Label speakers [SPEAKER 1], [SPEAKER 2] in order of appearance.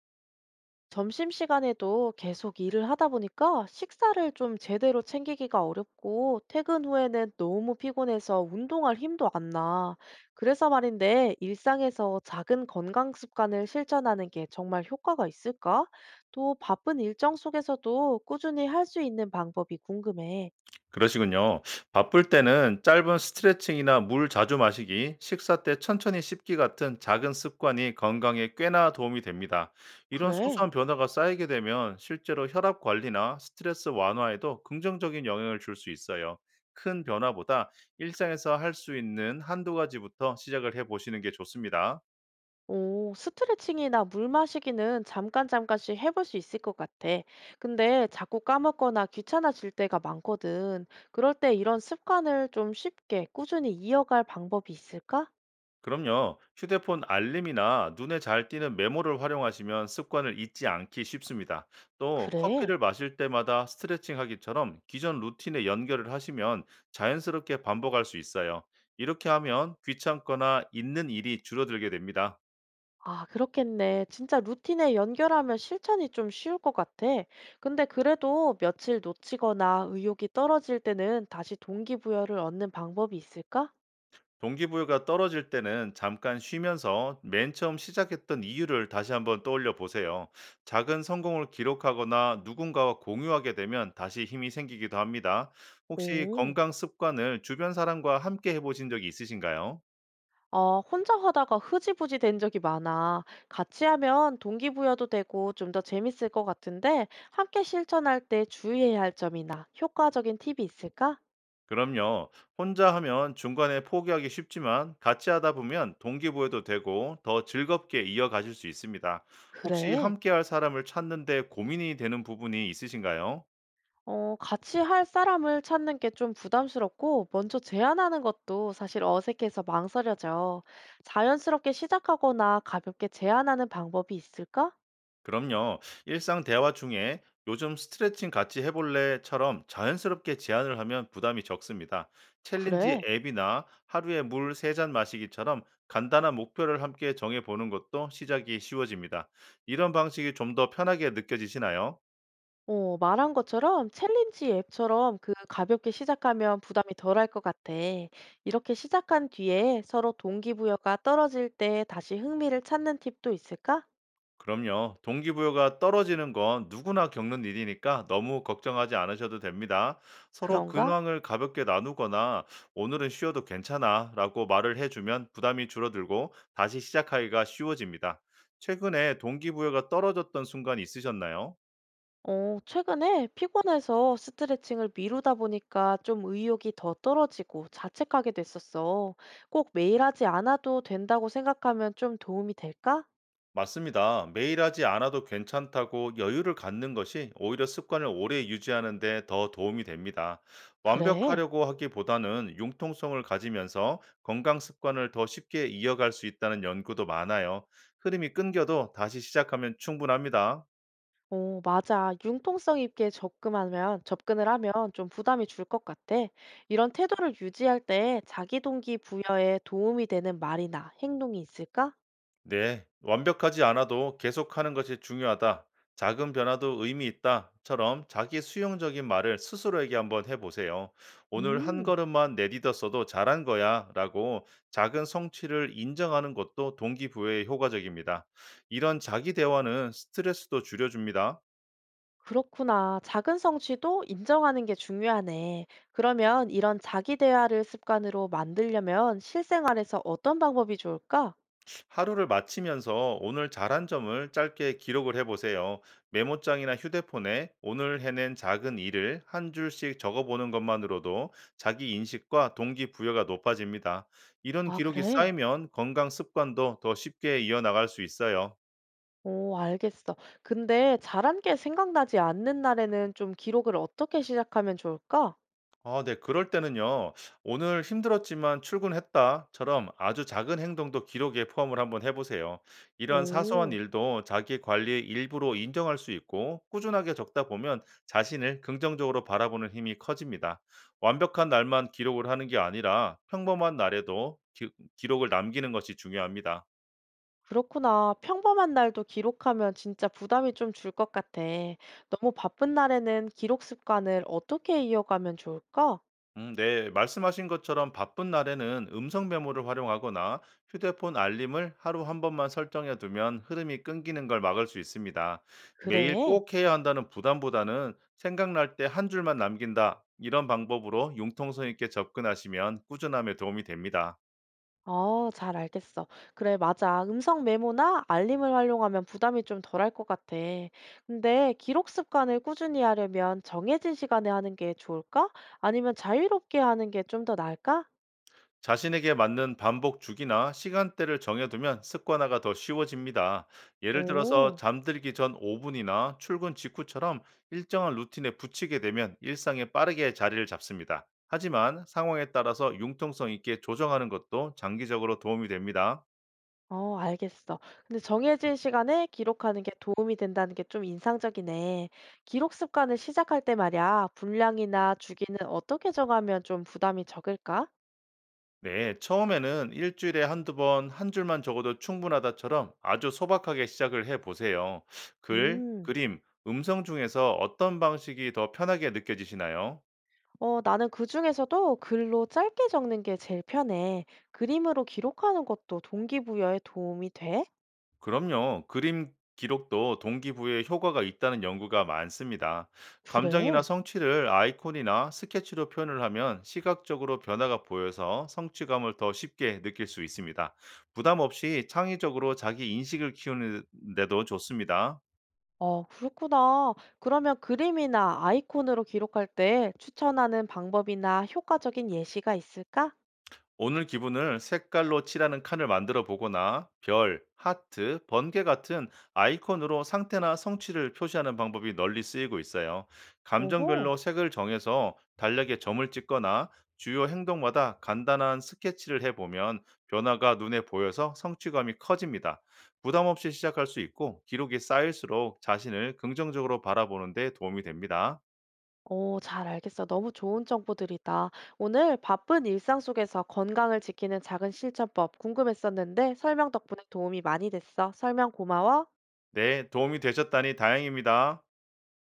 [SPEAKER 1] 점심시간에도 계속 일을 하다 보니까 식사를 좀 제대로 챙기기가 어렵고 퇴근 후에는 너무 피곤해서 운동할 힘도 안 나. 그래서 말인데 일상에서 작은 건강 습관을 실천하는 게 정말 효과가 있을까? 또 바쁜 일정 속에서도 꾸준히 할 수 있는 방법이 궁금해.
[SPEAKER 2] 그러시군요. 바쁠 때는 짧은 스트레칭이나 물 자주 마시기, 식사 때 천천히 씹기 같은 작은 습관이 건강에 꽤나 도움이 됩니다. 이런
[SPEAKER 1] 그래.
[SPEAKER 2] 소소한 변화가 쌓이게 되면 실제로 혈압 관리나 스트레스 완화에도 긍정적인 영향을 줄 수 있어요. 큰 변화보다 일상에서 할 수 있는 한두 가지부터 시작을 해 보시는 게 좋습니다.
[SPEAKER 1] 오, 스트레칭이나 물 마시기는 잠깐 잠깐씩 해볼 수 있을 것 같아. 근데 자꾸 까먹거나 귀찮아질 때가 많거든. 그럴 때 이런 습관을 좀 쉽게 꾸준히 이어갈 방법이 있을까?
[SPEAKER 2] 그럼요. 휴대폰 알림이나 눈에 잘 띄는 메모를 활용하시면 습관을 잊지 않기 쉽습니다. 또
[SPEAKER 1] 그래.
[SPEAKER 2] 커피를 마실 때마다 스트레칭 하기처럼 기존 루틴에 연결을 하시면 자연스럽게 반복할 수 있어요. 이렇게 하면 귀찮거나 잊는 일이 줄어들게 됩니다.
[SPEAKER 1] 아, 그렇겠네. 진짜 루틴에 연결하면 실천이 좀 쉬울 것 같아. 근데 그래도 며칠 놓치거나 의욕이 떨어질 때는 다시 동기부여를 얻는 방법이 있을까?
[SPEAKER 2] 동기부여가 떨어질 때는 잠깐 쉬면서 맨 처음 시작했던 이유를 다시 한번 떠올려 보세요. 작은 성공을 기록하거나 누군가와 공유하게 되면 다시 힘이 생기기도 합니다. 혹시
[SPEAKER 1] 오.
[SPEAKER 2] 건강 습관을 주변 사람과 함께 해보신 적이 있으신가요?
[SPEAKER 1] 어, 혼자 하다가 흐지부지 된 적이 많아. 같이 하면 동기부여도 되고 좀 더 재밌을 것 같은데, 함께 실천할 때 주의해야 할 점이나 효과적인 팁이 있을까?
[SPEAKER 2] 그럼요. 혼자 하면 중간에 포기하기 쉽지만 같이 하다 보면 동기부여도 되고 더 즐겁게 이어가실 수 있습니다. 혹시
[SPEAKER 1] 그래.
[SPEAKER 2] 함께할 사람을 찾는데 고민이 되는 부분이 있으신가요?
[SPEAKER 1] 어, 같이 할 사람을 찾는 게 좀 부담스럽고, 먼저 제안하는 것도 사실 어색해서 망설여져. 자연스럽게 시작하거나 가볍게 제안하는 방법이 있을까?
[SPEAKER 2] 그럼요. 일상 대화 중에 요즘 스트레칭 같이 해볼래?처럼 자연스럽게 제안을 하면 부담이 적습니다. 챌린지
[SPEAKER 1] 그래.
[SPEAKER 2] 앱이나 하루에 물 3잔 마시기처럼 간단한 목표를 함께 정해보는 것도 시작이 쉬워집니다. 이런 방식이 좀 더 편하게 느껴지시나요?
[SPEAKER 1] 어, 말한 것처럼 챌린지 앱처럼 그 가볍게 시작하면 부담이 덜할 것 같아. 이렇게 시작한 뒤에 서로 동기부여가 떨어질 때 다시 흥미를 찾는 팁도 있을까?
[SPEAKER 2] 그럼요. 동기부여가 떨어지는 건 누구나 겪는 일이니까 너무 걱정하지 않으셔도 됩니다. 서로
[SPEAKER 1] 그런가?
[SPEAKER 2] 근황을 가볍게 나누거나 오늘은 쉬어도 괜찮아 라고 말을 해주면 부담이 줄어들고 다시 시작하기가 쉬워집니다. 최근에 동기부여가 떨어졌던 순간 있으셨나요?
[SPEAKER 1] 어, 최근에 피곤해서 스트레칭을 미루다 보니까 좀 의욕이 더 떨어지고 자책하게 됐었어. 꼭 매일 하지 않아도 된다고 생각하면 좀 도움이 될까?
[SPEAKER 2] 맞습니다. 매일 하지 않아도 괜찮다고 여유를 갖는 것이 오히려 습관을 오래 유지하는 데 더 도움이 됩니다.
[SPEAKER 1] 그래.
[SPEAKER 2] 완벽하려고 하기보다는 융통성을 가지면서 건강 습관을 더 쉽게 이어갈 수 있다는 연구도 많아요. 흐름이 끊겨도 다시 시작하면 충분합니다.
[SPEAKER 1] 오, 맞아. 융통성 있게 접근을 하면 좀 부담이 줄 것 같아. 이런 태도를 유지할 때 자기 동기 부여에 도움이 되는 말이나 행동이 있을까?
[SPEAKER 2] 네, 완벽하지 않아도 계속하는 것이 중요하다. 작은 변화도 의미 있다.처럼 자기 수용적인 말을 스스로에게 한번 해보세요. 오늘 한
[SPEAKER 1] 음,
[SPEAKER 2] 걸음만 내딛었어도 잘한 거야. 라고 작은 성취를 인정하는 것도 동기부여에 효과적입니다. 이런 자기 대화는 스트레스도 줄여줍니다.
[SPEAKER 1] 그렇구나. 작은 성취도 인정하는 게 중요하네. 그러면 이런 자기 대화를 습관으로 만들려면 실생활에서 어떤 방법이 좋을까?
[SPEAKER 2] 하루를 마치면서 오늘 잘한 점을 짧게 기록을 해보세요. 메모장이나 휴대폰에 오늘 해낸 작은 일을 한 줄씩 적어보는 것만으로도 자기 인식과 동기부여가 높아집니다. 이런
[SPEAKER 1] 아,
[SPEAKER 2] 기록이
[SPEAKER 1] 그래?
[SPEAKER 2] 쌓이면 건강 습관도 더 쉽게 이어나갈 수 있어요.
[SPEAKER 1] 오, 알겠어. 근데 잘한 게 생각나지 않는 날에는 좀 기록을 어떻게 시작하면 좋을까?
[SPEAKER 2] 아, 네. 그럴 때는요. "오늘 힘들었지만 출근했다."처럼 아주 작은 행동도 기록에 포함을 한번 해 보세요. 이런 사소한
[SPEAKER 1] 오.
[SPEAKER 2] 일도 자기 관리의 일부로 인정할 수 있고 꾸준하게 적다 보면 자신을 긍정적으로 바라보는 힘이 커집니다. 완벽한 날만 기록을 하는 게 아니라 평범한 날에도 기 기록을 남기는 것이 중요합니다.
[SPEAKER 1] 그렇구나. 평범한 날도 기록하면 진짜 부담이 좀 줄 것 같아. 너무 바쁜 날에는 기록 습관을 어떻게 이어가면 좋을까?
[SPEAKER 2] 네, 말씀하신 것처럼 바쁜 날에는 음성 메모를 활용하거나 휴대폰 알림을 하루 한 번만 설정해 두면 흐름이 끊기는 걸 막을 수 있습니다. 매일
[SPEAKER 1] 그래.
[SPEAKER 2] 꼭 해야 한다는 부담보다는 생각날 때 한 줄만 남긴다. 이런 방법으로 융통성 있게 접근하시면 꾸준함에 도움이 됩니다.
[SPEAKER 1] 어, 잘 알겠어. 그래, 맞아. 음성 메모나 알림을 활용하면 부담이 좀 덜할 것 같아. 근데 기록 습관을 꾸준히 하려면 정해진 시간에 하는 게 좋을까? 아니면 자유롭게 하는 게 좀 더 나을까?
[SPEAKER 2] 자신에게 맞는 반복 주기나 시간대를 정해두면 습관화가 더 쉬워집니다. 예를 들어서
[SPEAKER 1] 오.
[SPEAKER 2] 잠들기 전 5분이나 출근 직후처럼 일정한 루틴에 붙이게 되면 일상에 빠르게 자리를 잡습니다. 하지만 상황에 따라서 융통성 있게 조정하는 것도 장기적으로 도움이 됩니다.
[SPEAKER 1] 어, 알겠어. 근데 정해진 시간에 기록하는 게 도움이 된다는 게 좀 인상적이네. 기록 습관을 시작할 때 말이야, 분량이나 주기는 어떻게 정하면 좀 부담이 적을까?
[SPEAKER 2] 네, 처음에는 일주일에 한두 번, 한 줄만 적어도 충분하다처럼 아주 소박하게 시작을 해 보세요. 글,
[SPEAKER 1] 음,
[SPEAKER 2] 그림, 음성 중에서 어떤 방식이 더 편하게 느껴지시나요?
[SPEAKER 1] 어, 나는 그중에서도 글로 짧게 적는 게 제일 편해. 그림으로 기록하는 것도 동기부여에 도움이 돼?
[SPEAKER 2] 그럼요. 그림 기록도 동기부여에 효과가 있다는 연구가 많습니다. 감정이나
[SPEAKER 1] 그래.
[SPEAKER 2] 성취를 아이콘이나 스케치로 표현을 하면 시각적으로 변화가 보여서 성취감을 더 쉽게 느낄 수 있습니다. 부담 없이 창의적으로 자기 인식을 키우는 데도 좋습니다.
[SPEAKER 1] 어, 그렇구나. 그러면 그림이나 아이콘으로 기록할 때 추천하는 방법이나 효과적인 예시가 있을까?
[SPEAKER 2] 오늘 기분을 색깔로 칠하는 칸을 만들어 보거나 별, 하트, 번개 같은 아이콘으로 상태나 성취를 표시하는 방법이 널리 쓰이고 있어요.
[SPEAKER 1] 오호.
[SPEAKER 2] 감정별로 색을 정해서 달력에 점을 찍거나 주요 행동마다 간단한 스케치를 해보면 변화가 눈에 보여서 성취감이 커집니다. 부담 없이 시작할 수 있고 기록이 쌓일수록 자신을 긍정적으로 바라보는 데 도움이 됩니다.
[SPEAKER 1] 오, 잘 알겠어. 너무 좋은 정보들이다. 오늘 바쁜 일상 속에서 건강을 지키는 작은 실천법 궁금했었는데 설명 덕분에 도움이 많이 됐어. 설명 고마워.
[SPEAKER 2] 네, 도움이 되셨다니 다행입니다.